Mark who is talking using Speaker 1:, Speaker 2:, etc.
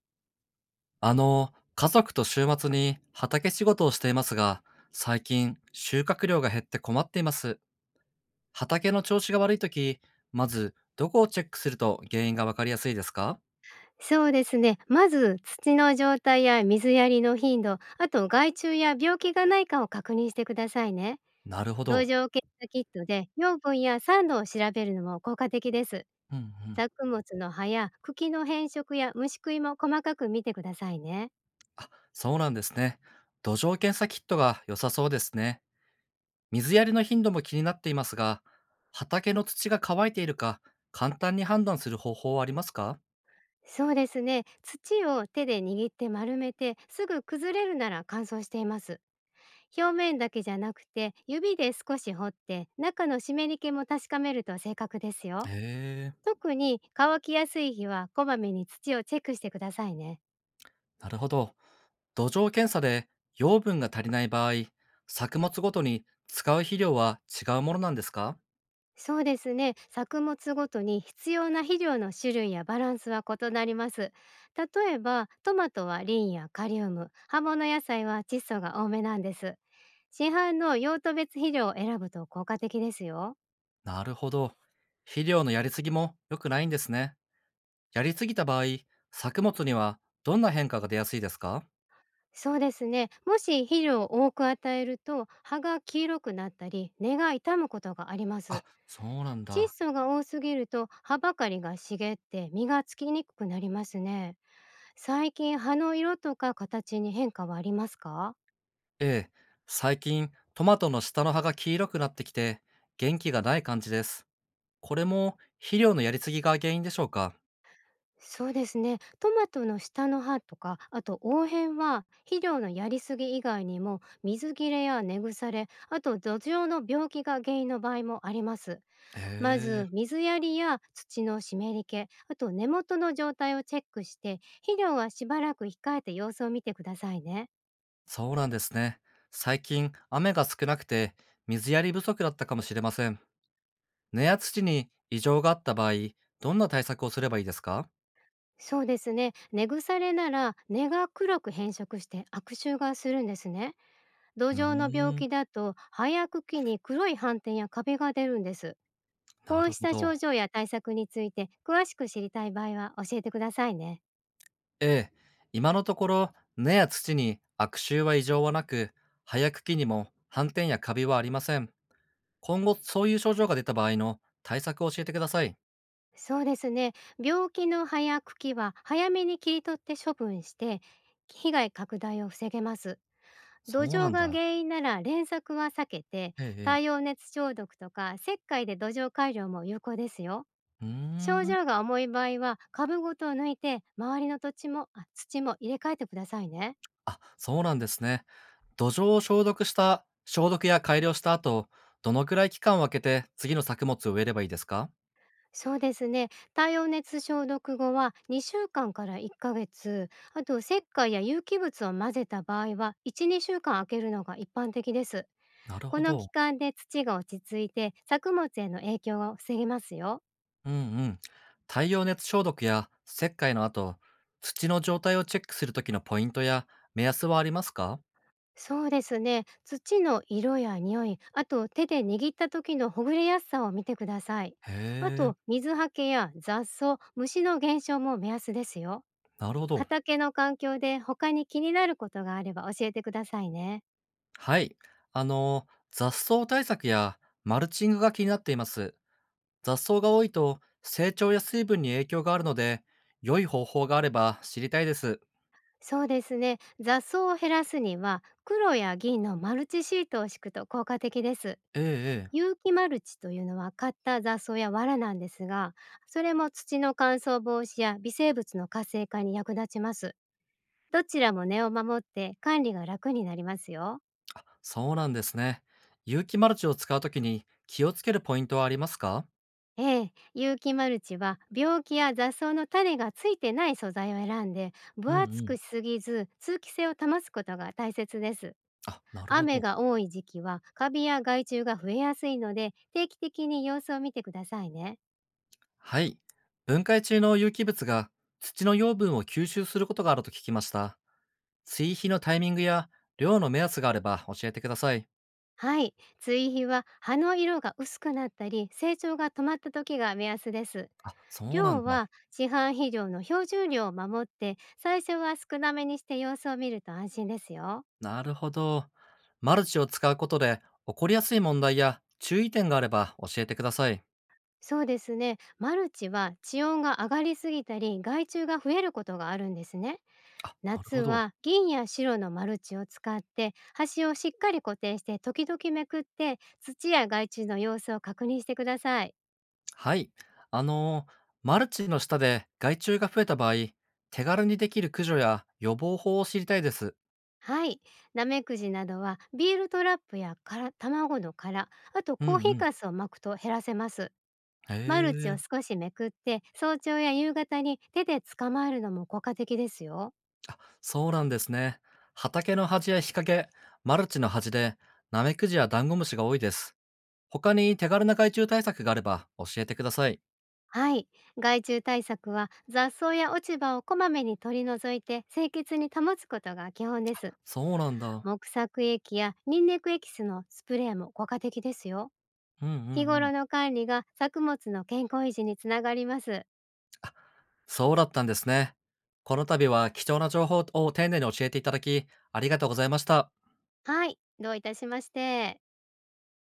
Speaker 1: 家族と週末に畑仕事をしていますが、最近収穫量が減って困っています。畑の調子が悪いとき、まずどこをチェックすると原因がわかりやすいですか？
Speaker 2: そうですね。まず土の状態や水やりの頻度、あと害虫や病気がないかを確認してくださいね。
Speaker 1: なるほ
Speaker 2: 土
Speaker 1: ど。
Speaker 2: 壌検査キットで養分や酸度を調べるのも効果的です。
Speaker 1: うんうん。
Speaker 2: 作物の葉や茎の変色や虫食いも細かく見てくださいね。
Speaker 1: あ、そうなんですね。土壌検査キットが良さそうですね。水やりの頻度も気になっていますが、畑の土が乾いているか簡単に判断する方法はありますか？
Speaker 2: そうですね。土を手で握って丸めてすぐ崩れるなら乾燥しています。表面だけじゃなくて指で少し掘って中の湿り気も確かめると正確です
Speaker 1: へ
Speaker 2: よ。
Speaker 1: え、
Speaker 2: 特に乾きやすい日はこまめに土をチェックしてくださいね。
Speaker 1: なるほど。土壌検査で養分が足りない場合、作物ごとに使う肥料は違うものなんですか？
Speaker 2: そうですね。作物ごとに必要な肥料の種類やバランスは異なります。例えばトマトはリンやカリウム、葉物野菜は窒素が多めなんです。市販の用途別肥料を選ぶと効果的ですよ。
Speaker 1: なるほど。肥料のやりすぎも良くないんですね。やりすぎた場合、作物にはどんな変化が出やすいですか？
Speaker 2: そうですね。もし肥料を多く与えると葉が黄色くなったり根が傷むことがありま
Speaker 1: あ、
Speaker 2: す。
Speaker 1: そうなん
Speaker 2: 窒
Speaker 1: だ。
Speaker 2: 素が多すぎると葉ばかりが茂って実がつきにくくなりますね。最近葉の色とか形に変化はありますか？
Speaker 1: ええ、最近トマトの下の葉が黄色くなってきて元気がない感じです。これも肥料のやりすぎが原因でしょうか？
Speaker 2: そうですね。トマトの下の葉とか、あと黄片は肥料のやりすぎ以外にも水切れや根腐れ、あと土壌の病気が原因の場合もあります。
Speaker 1: へ
Speaker 2: ま
Speaker 1: え。
Speaker 2: ず水やりや土の湿り気、と根元の状態をチェックして、肥料はしばらく控えて様子を見てくださいね。
Speaker 1: そうなんですね。最近、雨が少なくて、水やり不足だったかもしれません。根や土に異常があった場合、どんな対策をすればいいですか？
Speaker 2: そうですね。根腐れなら根が黒く変色して悪臭がするんですね。土
Speaker 1: う
Speaker 2: 壌の病
Speaker 1: ーん、
Speaker 2: 気だと葉や茎に黒い斑点やカビが出るんです。
Speaker 1: な
Speaker 2: こう
Speaker 1: る
Speaker 2: し
Speaker 1: ほ
Speaker 2: た
Speaker 1: ど。
Speaker 2: 症状や対策について詳しく知りたい場合は教えてくださいね。
Speaker 1: ええ、今のところ、根や土に悪臭は異常はなく、葉や茎にも斑点やカビはありません。今後、そういう症状が出た場合の対策を教えてください。
Speaker 2: そうですね。病気の葉や茎は早めに切り取って処分して被害拡大を防げます。土
Speaker 1: そうな
Speaker 2: 壌
Speaker 1: ん
Speaker 2: が
Speaker 1: だ。
Speaker 2: 原因なら連作は避けて
Speaker 1: ええ、
Speaker 2: 太
Speaker 1: ええ。
Speaker 2: 陽熱消毒とか石灰で土壌改良も有効ですよ。
Speaker 1: うー
Speaker 2: 症
Speaker 1: ん。
Speaker 2: 状が重い場合は株ごと抜いて周りの土地も土も入れ替えてくださいね。
Speaker 1: あ、そうなんですね。土壌を消毒した消毒や改良した後、どのくらい期間を空けて次の作物を植えればいいですか？
Speaker 2: そうですね。太陽熱消毒後は2週間かんから1ヶ月、あと石灰や有機物を混ぜた場合は12週間空けるのが一般的です。
Speaker 1: なる
Speaker 2: こ
Speaker 1: ほ
Speaker 2: の
Speaker 1: ど。
Speaker 2: 期間で土が落ち着いて作物への影響を防げますよ。
Speaker 1: うんうん。太陽熱消毒や石灰の後、土の状態をチェックする時のポイントや目安はありますか？
Speaker 2: そうですね。土の色や匂い、あと手で握った時のほぐれやすさを見てください。
Speaker 1: へ
Speaker 2: あ
Speaker 1: え、
Speaker 2: と水はけや雑草、虫の減少も目安ですよ。
Speaker 1: なるほど。
Speaker 2: 畑の環境で他に気になることがあれば教えてくださいね。
Speaker 1: はい。あの、雑草対策やマルチングが気になっています。雑草が多いと成長や水分に影響があるので、良い方法があれば知りたいです。
Speaker 2: そうですね。雑草を減らすには黒や銀のマルチシートを敷くと効果的です。
Speaker 1: ええええ。
Speaker 2: 有機マルチというのは買った雑草や藁なんですが、それも土の乾燥防止や微生物の活性化に役立ちます。どちらも根を守って管理が楽になりますよ。
Speaker 1: そうなんですね。有機マルチを使うときに気をつけるポイントはありますか？
Speaker 2: ええ、有機マルチは病気や雑草の種がついてない素材を選んで
Speaker 1: う
Speaker 2: 分
Speaker 1: んう
Speaker 2: 厚
Speaker 1: ん。
Speaker 2: くしすぎず通気性を保つことが大切です。
Speaker 1: あ、なるほ
Speaker 2: 雨
Speaker 1: ど。
Speaker 2: が多い時期はカビや害虫が増えやすいので定期的に様子を見てくださいね。
Speaker 1: はい。分解中の有機物が土の養分を吸収することがあると聞きました。追肥のタイミングや量の目安があれば教えてください。
Speaker 2: はい、追肥は葉の色が薄くなったり成長が止まった時が目安です。
Speaker 1: あ、そうなん
Speaker 2: 量
Speaker 1: だ。
Speaker 2: は市販肥料の標準量を守って最初は少なめにして様子を見ると安心ですよ。
Speaker 1: なるほど。マルチを使うことで起こりやすい問題や注意点があれば教えてください。
Speaker 2: そうですね。マルチは地温が上がりすぎたり害虫が増えることがあるんですね。
Speaker 1: あ、なる
Speaker 2: 夏
Speaker 1: ほど。
Speaker 2: は銀や白のマルチを使って端をしっかり固定して時々めくって土や害虫の様子を確認してください。
Speaker 1: はい。マルチの下で害虫が増えた場合、手軽にできる駆除や予防法を知りたいです。
Speaker 2: はい。ナメクジなどはビールトラップや殻卵の殻、あと
Speaker 1: うんう
Speaker 2: コーヒー
Speaker 1: ん。
Speaker 2: かすを巻くと減らせます。
Speaker 1: へ
Speaker 2: マルチを
Speaker 1: え。
Speaker 2: 少しめくって、早朝や夕方に手で捕まえるのも効果的ですよ。
Speaker 1: あ、そうなんですね。畑の端や日陰、マルチの端で、ナメクジやダンゴムシが多いです。他に手軽な害虫対策があれば教えてください。
Speaker 2: はい。害虫対策は雑草や落ち葉をこまめに取り除いて清潔に保つことが基本です。
Speaker 1: そうなんだ。
Speaker 2: 木作液やニンニクエキスのスプレーも効果的ですよ。
Speaker 1: うんう
Speaker 2: 日
Speaker 1: んう
Speaker 2: 頃
Speaker 1: ん。
Speaker 2: の管理が作物の健康維持につながります。
Speaker 1: あ、そうだったんですね。この度は貴重な情報を丁寧に教えていただき、ありがとうございました。
Speaker 2: はい。どういたしまして。